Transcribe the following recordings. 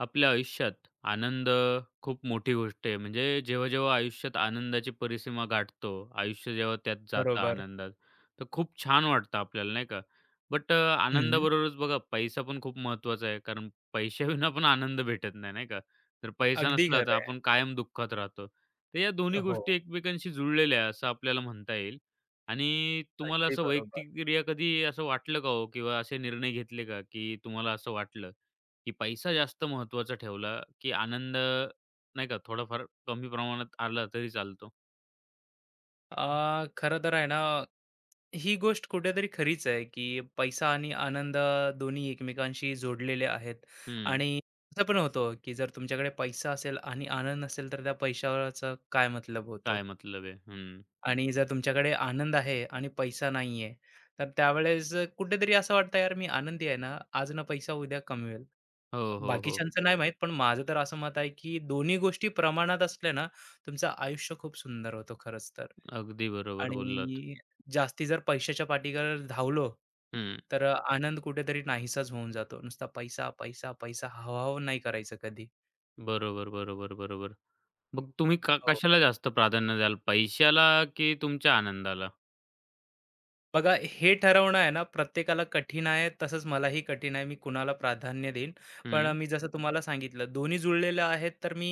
आपल्या आयुष्यात आनंद खूप मोठी गोष्ट आहे. म्हणजे जेव्हा-जेव्हा आयुष्यात आनंदाची परिसीमा गाठतो, आयुष्य जेव्हा त्यात जातं बरोबर. आनंदात, तर खूप छान वाटतं आपल्याला, नाही का? बट हं. आनंदाबरोबरच बघा पैसा पण खूप महत्त्वाचा आहे. कारण पैशाविना पण आनंद भेटत नाही, नाही का? तर पैसा अगदी नसला तर खरं आहे. आपण कायम दुःखात राहतो. तर या दोन्ही हो, गोष्टी एकमेकांशी जुळलेल्या आहे, असं आपल्याला म्हणता येईल. आणि तुम्हाला अगदी असं बरोबर. वैयक्तिकरित्या कधी असं वाटलं का हो? किंवा असे निर्णय घेतले का, की तुम्हाला असं वाटलं? की पैसा जास्त महत्त्वाचा ठेवला, की आनंद नाही का थोडाफार कमी प्रमाणात आला तरी चालतो. खरं तर आहे ना, ही गोष्ट कुठेतरी खरीच आहे, की पैसा आणि आनंद दोन्ही एकमेकांशी जोडलेले आहेत हं. आणि असं पण होतं, की जर तुमच्याकडे पैसा असेल आणि आनंद नसेल, तर त्या पैशाचा काय मतलब काय होतो? मतलब है? हं. आणि जर तुमच्याकडे आनंद आहे आणि पैसा नाहीये, तर त्यावेळेस कुठेतरी असं वाटतं, "यार, मी आनंदी आहे ना, आज ना पैसा, उद्या कमवेल." हो, हो, हो. बाकीच्यांचं नाही माहीत, पण माझं तर असं मत आहे, की दोन्ही गोष्टी प्रमाणात असल्या ना, तुमचं आयुष्य खूप सुंदर होतं खरंच तर. अगदी बरोबर बोललात. आणि जास्ती जर पैशाच्या पाठीगर धावलो, हं. तर आनंद कुठेतरी नाहीसाच होऊन जातो. नुसता पैसा, पैसा, पैसा हवा नाही करायचं कधी. बरोबर, बरोबर, बरोबर. मग तुम्ही हो. कशाला जास्त प्राधान्य द्याल? पैशाला की तुमच्या आनंदाला? बघा हे ठरवणं आहे ना प्रत्येकाला कठीण आहे तसंच मलाही कठीण आहे मी कुणाला प्राधान्य देईन पण हं. मी जसं तुम्हाला सांगितलं दोन्ही जुळलेलं आहेत तर मी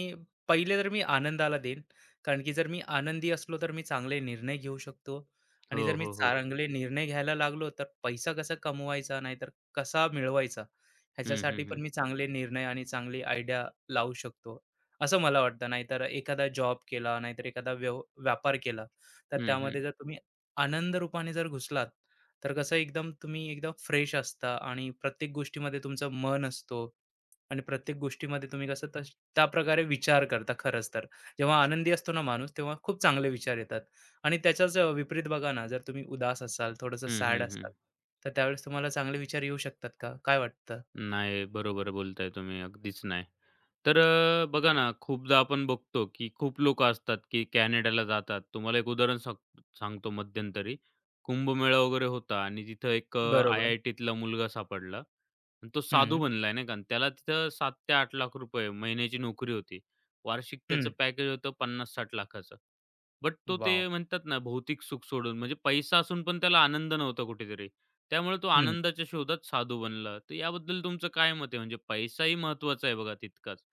पहिले तर मी आनंदाला देईन कारण की जर मी आनंदी असलो तर मी चांगले निर्णय घेऊ शकतो आणि हो, जर मी हो, हो. चांगले निर्णय घ्यायला लागलो तर पैसा कसा कमवायचा नाहीतर कसा मिळवायचा हं, हं, ह्याच्यासाठी पण हं. मी चांगले निर्णय आणि चांगली आयडिया लावू शकतो असं मला वाटतं नाहीतर एखादा जॉब केला नाहीतर एखादा व्यापार केला तर हं, हं. त्यामध्ये जर तुम्ही आनंद रूपाने जर घुसलात, तर कसं एकदम तुम्ही एकदम फ्रेश असता आणि प्रत्येक गोष्टीमध्ये तुमचं मन असतो आणि प्रत्येक गोष्टीमध्ये तुम्ही कसं त्या प्रकारे विचार करता खरंच तर. जेव्हा आनंदी असतो ना माणूस, तेव्हा खूप चांगले विचार येतात आणि त्याच्याच विपरीत बघा ना, जर तुम्ही उदास असाल, थोडंसं हं, सॅड असाल, हं, तर त्यावेळेस तुम्हाला चांगले विचार येऊ शकतात का? काय वाटतं? नाही, बरोबर बोलताय तुम्ही. अगदीच नाही. तर बघा ना, खूपदा आपण बघतो, की खूप लोकं असतात, की कॅनडाला जातात. तुम्हाला एक उदाहरण सांगतो मध्यंतरी. कुंभमेळा वगैरे होता आणि तिथं एक बरोबर. आय-आय-टीतला मुलगा सापडला आणि तो साधू हं, बनलाय, नाही का. आणि त्याला तिथं 7 ते 8 लाख रुपये महिन्याची नोकरी होती. वार्षिक त्याचं हं. पॅकेज होतं 50-60 लाखाचं. बट तो ते वॉव! म्हणतात ना, भौतिक सुख सोडून म्हणजे पैसा असून पण त्याला आनंद नव्हता कुठेतरी. त्यामुळे तो हं. आनंदाच्या शोधात साधू बनला. तर याबद्दल तुमचं काय मत आहे? म्हणजे पैसाही महत्वाचा आहे बघा तितकाच.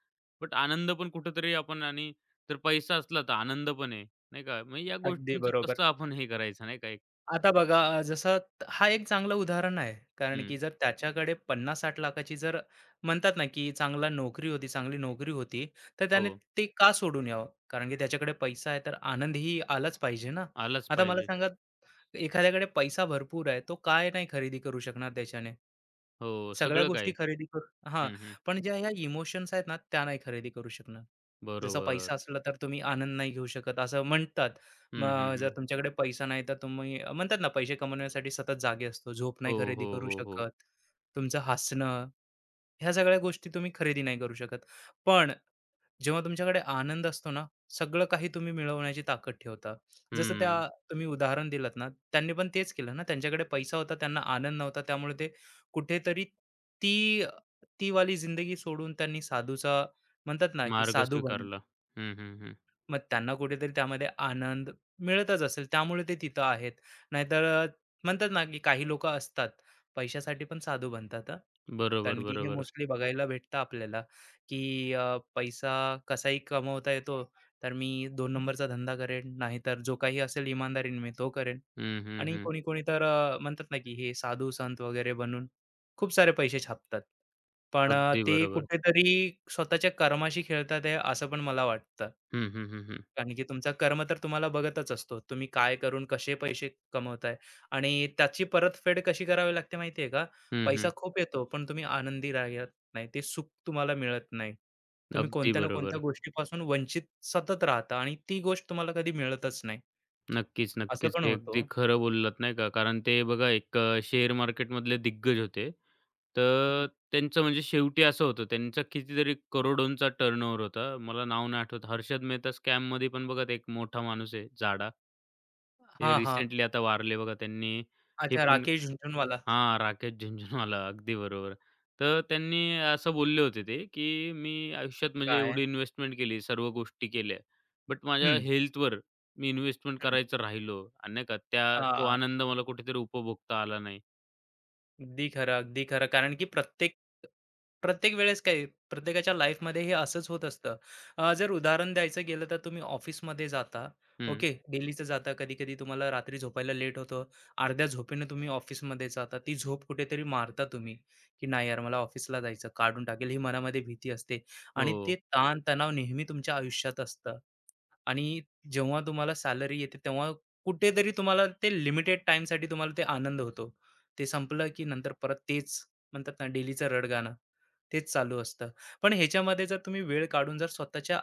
बट आनंद पण कुठेतरी आपण आणि जर पैसा असला तर आनंद पण आहे, नाही का? मग या अगदी गोष्टींचं बरोबर. कसं आपण हे करायचं नाही का एक आता बघा हा एक चांगलं उदाहरण आहे. कारण हं. की जर त्याच्याकडे 50-60 लाखाची जर म्हणतात ना, की चांगला नोकरी होती, चांगली नोकरी होती, तर त्याने हो. ते का सोडून यावं? कारण की त्याच्याकडे पैसा आहे, तर आनंदही आलाच पाहिजे ना. आलाच आता मला पाहिजे. सांगा एखाद्याकडे पैसा भरपूर आहे, तो काय नाही खरेदी करू शकणार त्याच्याने? हो, सगळ्या सगळं गोष्टी काही. खरेदी करू हां, हं, हं. पण ज्या ह्या इमोशन्स आहेत ना, त्या नाही खरेदी करू शकणार. जसा बरोबर. पैसा असला तर तुम्ही आनंद नाही घेऊ शकत असं म्हणतात. हं, हं, मग जर हं. तुमच्याकडे पैसा नाही तर तुम्ही म्हणतात ना, पैसे कमवण्यासाठी सतत जागे असतो. झोप हो, नाही खरेदी हो, करू हो, हो. शकत. तुमचं हसणं, ह्या सगळ्या गोष्टी तुम्ही खरेदी नाही करू शकत. पण जेव्हा तुमच्याकडे आनंद असतो ना, सगळं काही तुम्ही मिळवण्याची ताकद ठेवता. जसं त्या हं. तुम्ही उदाहरण दिलत ना, त्यांनी पण तेच केलं ना. त्यांच्याकडे पैसा होता, त्यांना आनंद नव्हता. त्यामुळे ते कुठेतरी ती ती वाली जिंदगी सोडून त्यांनी साधूचा म्हणतात ना, की मार्ग साधू बनले. स्वीकारला. हं, हं, हं. मग त्यांना कुठेतरी त्यामध्ये आनंद मिळतच असेल, त्यामुळे ते तिथं आहेत. नाहीतर म्हणतात ना, की काही लोकं असतात, पैशासाठी पण साधू बनतात हां. कारण बरोबर, की हे बरोबर. मोस्टली बघायला भेटतं आपल्याला, की पैसा कसाही कमवता येतो, तर मी 2 नंबरचा धंदा करेन, नाहीतर जो काही असेल इमानदारीने मी तो करेन. हं, हं, आणि हं. कोणी-कोणी तर म्हणतात ना, की हे साधू संत वगैरे बनून खूप सारे पैसे छापतात. पण अगदी ते बरोबर. कुठेतरी स्वतःच्या कर्माशी खेळतात आहे, असं पण मला वाटतं. हं, हं, हं, हं. कारण की तुमचा कर्म तर तुम्हाला बघतच असतो. तुम्ही काय करून कसे पैसे कमवताय आणि त्याची परतफेड कशी करावी लागते माहिती आहे का? हं, पैसा हं. खूप येतो, पण तुम्ही आनंदी राहत नाही. ते सुख तुम्हाला मिळत नाही. तुम्ही अगदी कोणत्या ना कोणत्या बरोबर. गोष्टीपासून वंचित सतत राहता आणि ती गोष्ट तुम्हाला कधी मिळतच नाही. नक्कीच, असं नक्कीच. पण हे अगदी होतं. खरं बोललात नाही का. कारण ते बघा एक शेअर मार्केटमधले दिग्गज होते. हं. तर त्यांचं म्हणजे शेवटी असं होतं, त्यांचा कितीतरी करोडोंचा टर्नओव्हर होता. मला नाव नाही आठवत. हर्षद मेहता स्कॅममध्ये पण बघा, ते एक मोठा माणूस आहे, जाडा. ते हां, हां. रिसेंटली आता वारले बघा. त्यांनी हे अच्छा, पण राकेश झुनझुनवाला. हां, राकेश झुनझुनवाला. अगदी बरोबर. तर त्यांनी असं बोलले होते ते, की "मी आयुष्यात म्हणजे एवढी काय? इन्व्हेस्टमेंट केली, सर्व गोष्टी केल्या, बट माझ्या हं, हेल्थवर मी इन्व्हेस्टमेंट करायचं राहिलो आणि नाही का त्या तो हां. आनंद मला कुठेतरी उपभोगता आला नाही." अगदी खरं, अगदी खरं. कारण की प्रत्येक प्रत्येक वेळेस काय प्रत्येकाच्या लाईफमध्ये हे असंच होत असतं. जर उदाहरण द्यायचं गेलं तर तुम्ही ऑफिसमध्ये जाता, हं. ओके. डेलीचं जाता. कधी-कधी तुम्हाला रात्री झोपायला लेट होतं. अर्ध्या झोपेने तुम्ही ऑफिसमध्ये जाता. ती झोप कुठेतरी मारता तुम्ही, की "नाही यार, मला ऑफिसला जायचं, काढून टाकेल." ही मनामध्ये भीती असते आणि ते हो. ताण-तणाव नेहमी तुमच्या आयुष्यात असतं आणि जेव्हा तुम्हाला सॅलरी येते तेव्हा कुठेतरी तुम्हाला ते लिमिटेड टाईमसाठी तुम्हाला ते आनंद होतो. ते संपलं की नंतर परत तेच म्हणतात ना डेलीचं रडगाणं तेच चालू असतं. पण ह्याच्यामध्ये जर तुम्ही वेळ काढून जर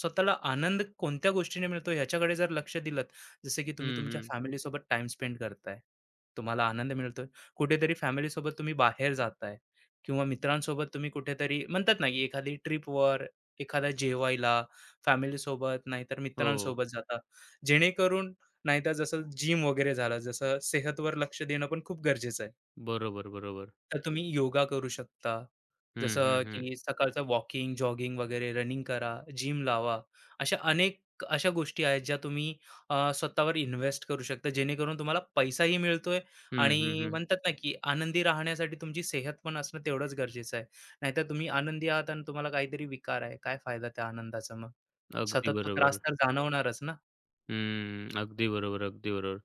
स्वतःला आनंद कोणत्या गोष्टीने मिळतो ह्याच्याकडे जर लक्ष दिलत, जसं की तुम्ही हं, तुमच्या हं. फॅमिलीसोबत टाईम स्पेंड करताय, तुम्हाला आनंद मिळतोय. कुठेतरी फॅमिलीसोबत तुम्ही बाहेर जाताय किंवा मित्रांसोबत तुम्ही कुठेतरी म्हणतात ना की एखादी ट्रिपवर, एखादा जेवायला फॅमिलीसोबत नाहीतर हो. मित्रांसोबत जाता. जेणेकरून नाहीतर जसं जिम वगैरे झालं, जसं सेहतवर लक्ष देणं पण खूप गरजेचं आहे. बरोबर, बरोबर. तर तुम्ही योगा करू शकता. हं, हं, जसं हं. की सकाळचं वॉकिंग, जॉगिंग वगैरे रनिंग करा, जिम लावा. अशा अशा गोष्टी आहेत ज्या तुम्ही स्वतःवर इन्व्हेस्ट करू शकता, जेणेकरून तुम्हाला पैसाही मिळतोय हं, हं, आणि हं. म्हणतात ना, की आनंदी राहण्यासाठी तुमची सेहत पण असणं तेवढंच गरजेचं आहे. नाहीतर तुम्ही आनंदी आहात आणि तुम्हाला काहीतरी विकार आहे. काय फायदा त्या आनंदाचा मग? अगदी सतत तो त्रास बरोबर. तर जाणवणारच ना. हम्म. अगदी बरोबर, अगदी बरोबर.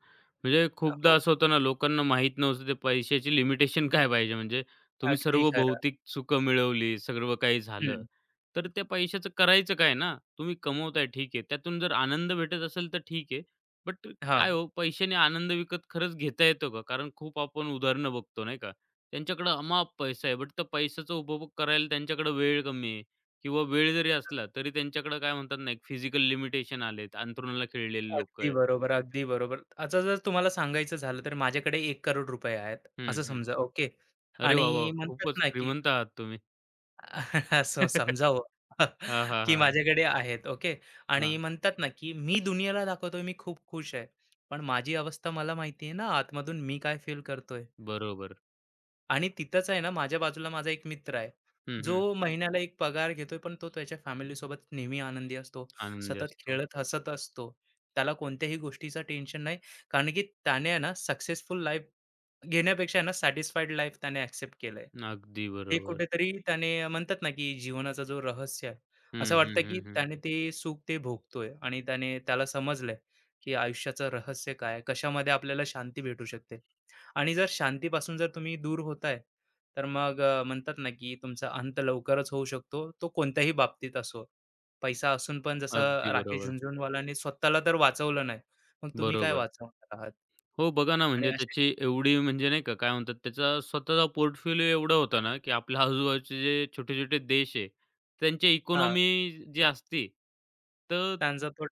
म्हणजे खूपदा हो, असं होतं ना, लोकांना माहीत नव्हतं ते पैशाची लिमिटेशन काय पाहिजे. म्हणजे तुम्ही अगदी सर्व खरं. भौतिक सुखं मिळवली, सर्व काही झालं, हं, तर त्या पैशाचं करायचं काय ना? तुम्ही कमवताय ठीक आहे. त्यातून जर आनंद भेटत असेल तर ठीक आहे. बट काय हां. हो, पैशाने आनंद विकत खरंच घेता येतो का? कारण खूप आपण उदाहरणं बघतो नाही का? त्यांच्याकडे अमाप पैसा आहे, बट तो पैशाचा उपभोग करायला त्यांच्याकडे वेळ कमी आहे. किंवा वेळ जरी असला, तरी त्यांच्याकडे काय म्हणतात ना, एक फिजिकल लिमिटेशन आलेत. अंथरुणाला खिळलेले लोकं अगदी आहे. बरोबर, अगदी बरोबर. आता जर तुम्हाला सांगायचं झालं तर माझ्याकडे 1 करोड रुपये आहेत, हं, असं हं. समजा, ओके. अरे वाह, वाह! आणि म्हणतात खूपच ना, की श्रीमंत आहात तुम्ही. असं समजा हो, हां, हां, की हां, माझ्याकडे आहेत, ओके. आणि हां. म्हणतात ना, की मी दुनियेला दाखवतोय मी खूप खुश आहे. पण माझी अवस्था मला माहिती आहे ना, आतमधून मी काय फील करतोय. बरोबर. आणि तिथंच आहे ना, माझ्या बाजूला माझा एक मित्र आहे, हं, हं. जो महिन्याला एक पगार घेतोय, पण तो त्याच्या फॅमिली सोबत नेहमी आनंदी असतो. आनंदी सतत असतो. खेळत हसत असतो. त्याला कोणत्याही गोष्टीचं टेन्शन नाही. कारण की त्याने आहे ना सक्सेसफुल लाईफ घेण्यापेक्षा आहे ना सॅटिस्फाईड लाईफ त्याने ॲक्सेप्ट केलंय. अगदी ते बरोबर. कुठेतरी त्याने म्हणतात ना, की जीवनाचा जो रहस्य आहे, असं हं, हं, वाटतं की हं, हं. त्याने ते सुख ते भोगतोय आणि त्याने त्याला समजलंय, की आयुष्याचं रहस्य काय आहे? कशामध्ये आपल्याला शांती भेटू शकते? आणि जर शांतीपासून जर तुम्ही दूर होताय, तर मग म्हणतात ना, की तुमचा अंत लवकरच होऊ शकतो. तो कोणत्याही बाबतीत असो. पैसा असून पण जसं अगदी राकेश बरोबर. झुनझुनवालाने स्वतःला तर वाचवलं नाही. मग तुम्ही काय बरोबर. वाचवणार आहात? हो, बघा ना, आणि म्हणजे असे त्याची एवढी म्हणजे नाही का, काय म्हणतात, त्याचा स्वतःचा पोर्टफोलिओ एवढा होता ना, की आपल्या आजूबाजूचे जे छोटे-छोटे देश आहे, त्यांची हां, इकॉनॉमी जी असते, तर त्यांचा तो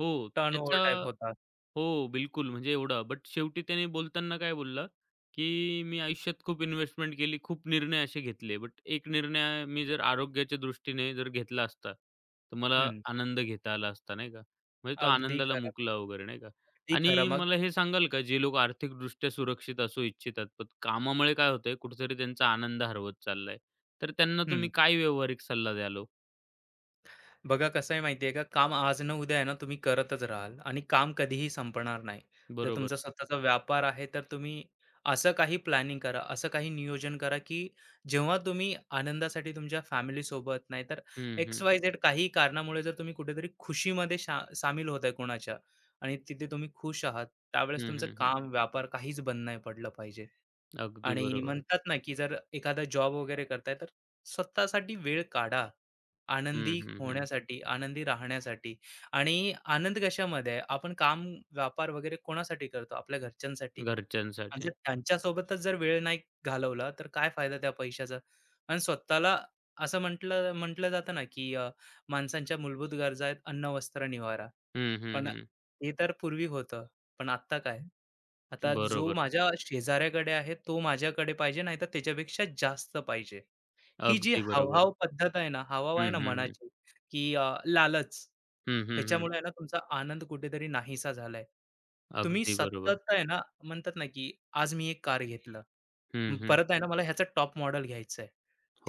हो, टर्नओव्हर त्याच्या टाइप होता. हो, बिलकुल. म्हणजे एवढा. बट शेवटी त्याने बोलताना काय बोलला, की "मी आयुष्यात खूप इन्व्हेस्टमेंट केली, खूप निर्णय असे घेतले. बट एक निर्णय मी जर आरोग्याच्या दृष्टीने जर घेतला असता, तर मला हं. आनंद घेता आला असता." नाही का. म्हणजे तो अगदी आनंदाला खरं. मुकला वगैरे नाही का. अगदी खरं. आणि मग मला हे सांगाल का, जे लोक आर्थिकदृष्ट्या सुरक्षित असू इच्छितात, पण कामामुळे काय होतंय, कुठेतरी त्यांचा आनंद हरवत चाललाय. तर त्यांना तुम्ही हं. काय व्यावहारिक सल्ला द्याल हो? बघा कसं आहे माहिती का, काम आज ना उद्या आहे ना तुम्ही करतच राहाल आणि काम कधीही संपणार नाही. जर बरोबर. तुमचा स्वतःचा व्यापार आहे, तर तुम्ही असं काही प्लॅनिंग करा, असं काही नियोजन करा, की जेव्हा तुम्ही आनंदासाठी तुमच्या फॅमिलीसोबत नाहीतर हं, हं. एक्स-वाय-झेड काही कारणामुळे जर तुम्ही कुठेतरी खुशीमध्ये सामील होत आहे कोणाच्या आणि तिथे तुम्ही खुश आहात, त्यावेळेस हं, तुमचं हं, हं. काम, व्यापार काहीच बंद नाही पडलं पाहिजे. अगदी आणि बरोबर. म्हणतात ना, की जर एखादा जॉब वगैरे करताय, तर स्वतःसाठी वेळ काढा. हं, आनंदी हं, हं. होण्यासाठी, आनंदी राहण्यासाठी आणि आनंद कशामध्ये आहे? आपण काम, व्यापार वगैरे कोणासाठी करतो? आपल्या घरच्यांसाठी. आणि जर घरच्यांसाठी. त्यांच्यासोबतच जर वेळ नाही घालवला, तर काय फायदा त्या पैशाचा? आणि स्वतःला असं म्हटलं म्हटलं जातं ना, की माणसांच्या मूलभूत गरजा आहेत अन्न, वस्त्र, निवारा. हं, हं, पण हं. ते तर पूर्वी होतं. पण आत्ता काय? आता जो बरोबर. माझ्या शेजाऱ्याकडे आहे, तो माझ्याकडे पाहिजे, नाहीतर त्याच्यापेक्षा जास्त पाहिजे. ही जी अगदी बरोबर. हावभाव पद्धत आहे ना, हावभाव आहे हं, ना हं, हं. मनाची, की लालच, हं, हं, हं. ह्याच्यामुळे आहे ना तुमचा आनंद कुठेतरी नाहीसा झालाय. तुम्ही अगदी बरोबर. सतत आहे ना म्हणतात ना, की आज मी एक कार घेतलं. अं, हं, हं. परत आहे ना मला ह्याचं टॉप मॉडेल घ्यायचं आहे.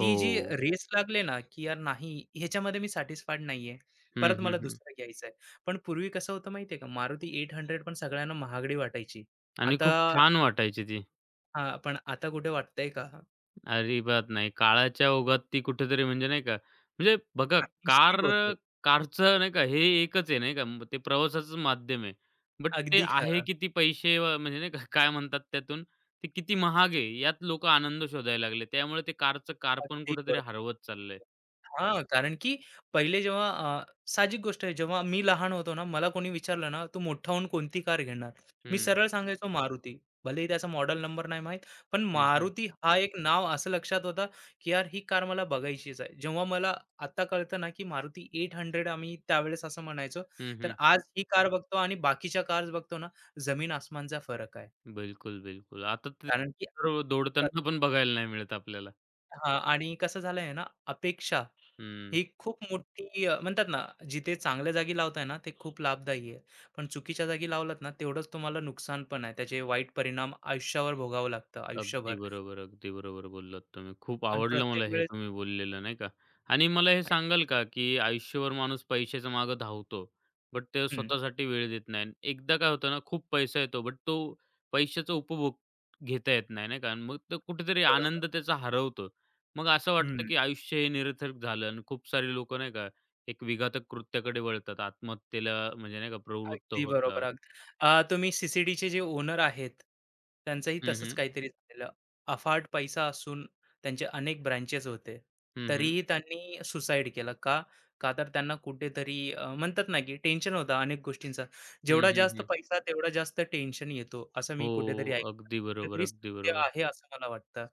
ती जी रेस लागले ना, की यार नाही ह्याच्यामध्ये मी सॅटिस्फाईड नाहीये. हं, परत हं, मला हं. दुसरं घ्यायचं आहे. पण पूर्वी कसं होतं माहिती आहे का? मारुती 800 पण सगळ्यांना महागडी वाटायची. आणि आता खूप छान वाटायची ती. हां, पण आता कुठे वाटतंय का? अजिबात नाही. काळाच्या ओघात ती कुठेतरी म्हणजे नाही का, म्हणजे बघा नाहीशी कार होते. कारचं नाही का हे एकच आहे नाही का, ते प्रवासाचंच माध्यम आहे. बट ते अगदी आहे खरं. किती पैसे म्हणजे नाही का काय म्हणतात त्यातून, ते किती महाग आहे यात लोकं आनंद शोधायला लागले. त्यामुळे ते कारचं कार पण अगदी कुठेतरी बरोबर. हरवत चाललंय. हां, कारण की पहिले जेव्हा साहजिक गोष्ट आहे, जेव्हा मी लहान होतो ना, मला कोणी विचारलं ना, "तू मोठा होऊन कोणती कार घेणार?" मी हं. सरळ सांगायचो, "मारुती." भलेही त्याचा मॉडेल नंबर नाही माहीत, पण हं, हं. मारुती हा एक नाव असं लक्षात होता, की यार ही कार मला बघायचीच आहे. जेव्हा मला आता कळतं ना, की मारुती 800 आम्ही त्यावेळेस असं म्हणायचो, हं, तर हं. आज ही कार बघतो आणि बाकीच्या कार्स बघतो ना, जमीन आसमानचा फरक आहे. बिलकुल, बिलकुल. आता ते कारण की सर्व दौडताना पण बघायला नाही मिळत आपल्याला. हां आणि कसं झालंय ना, अपेक्षा हं. ही खूप मोठी म्हणतात ना, जिथे चांगल्या जागी लावताय ना, ते खूप लाभदायी आहे. पण चुकीच्या जागी लावलात ना, तेवढंच तुम्हाला नुकसान पण आहे. त्याचे वाईट परिणाम आयुष्यावर भोगावं लागतं, अगदी आयुष्यभर बरोबर, अगदी बरोबर बोललात तुम्ही. खूप आणि आवडलं मला प्रत्येक हे वेळेस तुम्ही बोललेलं, नाही का? आणि मला हे सांगाल का, की आयुष्यभर माणूस पैशाच्या मागे धावतो, बट तो हं, स्वतःसाठी वेळ देत नाही. आणि एकदा काय होतं ना, खूप पैसा येतो, बट तो पैशाचा उपभोग घेता येत नाही, नाही का? आणि मग तो कुठेतरी बरोबर. आनंद त्याचा हरवतो. मग असं वाटतं, हं. की आयुष्य हे निरर्थक झालं आणि खूप सारे लोकं, नाही का, एक विघातक कृत्याकडे वळतात. आत्महत्येला म्हणजे, नाही का, प्रवृत्त अगदी बरोबर. होतात. अगदी. तुम्ही सी जे ओनर आहेत, त्यांचंही हं, तसंच हं. काहीतरी झालेलं. अफाट पैसा असून त्यांचे अनेक ब्रँचेस होते. हं, हं. तरीही त्यांनी सुसाईड केलं. का? का तर त्यांना कुठेतरी म्हणतात ना, की टेन्शन होतं अनेक गोष्टींचं. हं, जेवढा जास्त हं, पैसा, तेवढा जास्त टेन्शन येतो, असं हो, मी कुठेतरी ऐकलं. अगदी बरोबर, कुठेतरी अगदी सत्य बरोबर. आहे असं मला वाटतं.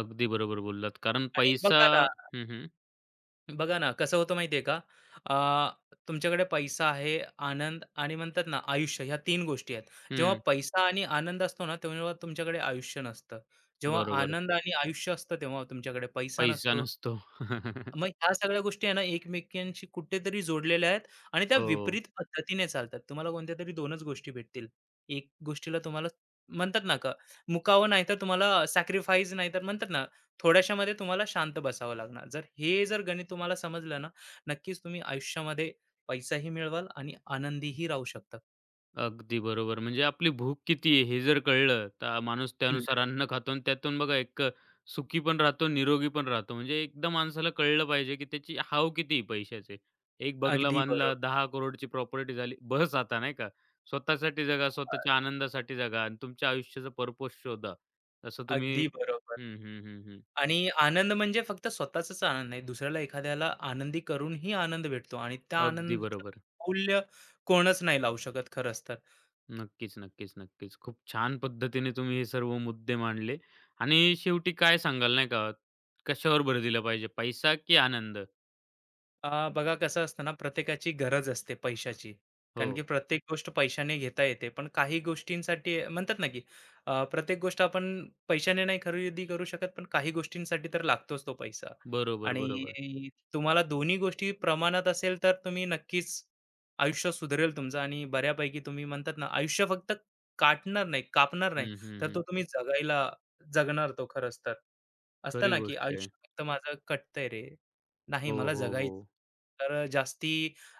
अगदी बरोबर बोललात. कारण आणि पैसा हं, हं. बघा ना, कसं होतं माहिती आहे का? अ, तुमच्याकडे पैसा आहे, आनंद आणि म्हणतात ना आयुष्य ह्या 3 गोष्टी आहेत. जेव्हा हं, पैसा आणि आनंद असतो ना, तेव्हा तुमच्याकडे आयुष्य नसतं. जेव्हा बरोबर. आनंद आणि आयुष्य असतं, तेव्हा तुमच्याकडे पैसा पैसा नसतो. नसतो. मग ह्या सगळ्या गोष्टी आहे ना, एकमेकांशी कुठेतरी जोडलेल्या आहेत आणि त्या हो. विपरीत पद्धतीने चालतात. तुम्हाला कोणत्यातरी 2च गोष्टी भेटतील. एक गोष्टीला तुम्हाला म्हणतात ना का मुकावं नाहीतर तुम्हाला सॅक्रिफाईस नाहीतर म्हणतात ना, थोड्याशामध्ये तुम्हाला शांत बसावं लागणार. जर हे जर गणित तुम्हाला समजलं ना, नक्कीच तुम्ही आयुष्यामध्ये पैसाही मिळवाल आणि आनंदीही राहू शकता. अगदी बरोबर. म्हणजे आपली भूक किती आहे हे जर कळलं, तर माणूस हं. त्यानुसार अन्न खातो आणि त्यातून बघा एक सुखी पण राहतो, निरोगी पण राहतो. म्हणजे एकदा माणसाला कळलं पाहिजे, की त्याची हाव किती आहे पैशाचे. एक बंगला अगदी बांधला, बरोबर. 10 करोडची प्रॉपर्टी झाली, बस आता नाही का. स्वतःसाठी जगा, स्वतःच्या आनंदासाठी जगा आणि तुमच्या आयुष्याचा पर्पज शोधा. तसं तुम्ही अगदी बरोबर. हं, हं, हं, हं. आणि आनंद म्हणजे फक्त स्वतःचाच आनंद नाही, दुसऱ्याला एखाद्याला आनंदी करूनही आनंद भेटतो आणि त्या अगदी आनंदाचं बरोबर. मूल्य कोणच नाही लावू शकत खरंच तर. नक्कीच, नक्कीच, नक्कीच. खूप छान पद्धतीने तुम्ही हे सर्व मुद्दे मांडले आणि शेवटी काय सांगाल नाही का, कशावर भर दिला पाहिजे, पैसा की आनंद? बघा कसं असतं ना, प्रत्येकाची गरज असते पैशाची. हो. कारण की प्रत्येक गोष्ट पैशाने घेता येते. पण काही गोष्टींसाठी म्हणतात ना, की प्रत्येक गोष्ट आपण पैशाने नाही खरेदी करू शकत, पण काही गोष्टींसाठी तर लागतोच तो पैसा. बरोबर, बरोबर. आणि तुम्हाला दोन्ही गोष्टी प्रमाणात असेल, तर तुम्ही नक्कीच आयुष्य सुधरेल तुमचं आणि बऱ्यापैकी तुम्ही म्हणतात ना, आयुष्य फक्त काटणार नाही, कापणार नाही, हं, हं, तर हं. तो तुम्ही जगायला जगणार तो खरंच तर. असतं खरी ना, की गोष्ट आहे. आयुष्य फक्त माझं कटतंय रे. नाही हो, मला हो, जगायचं. हो. तर जास्ती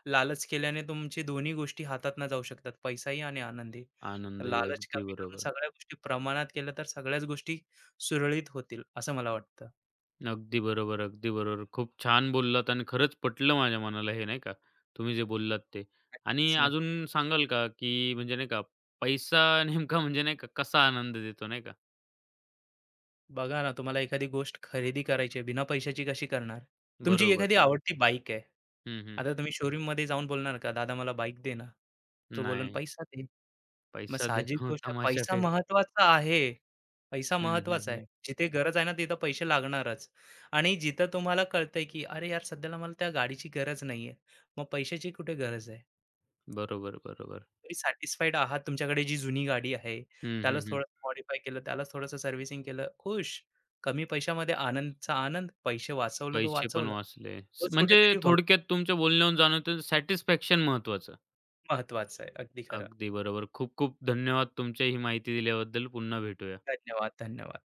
लालच केल्याने तुमची दोन्ही गोष्टी हातातनं जाऊ शकतात, पैसाही आणि आनंदी. तर आनंदही. लालच अगदी कमी करून बरोबर. सगळ्या गोष्टी प्रमाणात केल्या तर सगळ्याच गोष्टी सुरळीत होतील, असं मला वाटतं. अगदी बरोबर, अगदी बरोबर. खूप छान बोललात आणि खरंच पटलं माझ्या मनाला हे नाही का, तुम्ही जे बोललात ते. आणि नक्कीच, नक्की. अजून सांगाल का, की म्हणजे नाही का, पैसा नेमका म्हणजे नाही का, कसा आनंद देतो नाही का? बघा ना, तुम्हाला एखादी गोष्ट खरेदी करायची आहे, बिना पैशाची कशी करणार? तुमची बरोबर. एखादी आवडती बाईक आहे. हं, हं. आता तुम्ही शोरूममध्ये जाऊन बोलणार का, "दादा मला बाईक दे ना." तो बोलेल, नाही. "पैसा दे." मग पैसा साहजिक देखो गोष्ट आहे, तमाशा पैसा फेक, महत्वाचा आहे. पैसा हं, हं, महत्वाचा आहे. हं. जिथे गरज आहे ना, तिथं पैसे लागणारच आणि जिथं तुम्हाला कळतंय, की "अरे यार, सध्याला मला त्या गाडीची गरज नाहीये." मग पैशाची कुठे गरज आहे? बरोबर, बरोबर. तुम्ही सॅटिस्फाईड आहात तुमच्याकडे जी जुनी गाडी आहे, हं, हं, त्यालाच हं. थोडंसं मॉडिफाय केलं, त्यालाच थोडंसं सर्व्हिसिंग केलं, खुश. कमी पैशामध्ये आनंदचा आनंद, पैसे वाचवलं तो पैसे पण वाचवला. वाचले. तोच म्हणजे कुठेतरी भविष्य थोडक्यात तुमच्या बोलण्यावरून जाणवतं सॅटिस्फॅक्शन महत्त्वाचं. महत्वाचा आहे. अगदी खरं. अगदी बरोबर. खूप खूप धन्यवाद तुमच्या ही माहिती दिल्याबद्दल. पुन्हा भेटूया. धन्यवाद, धन्यवाद.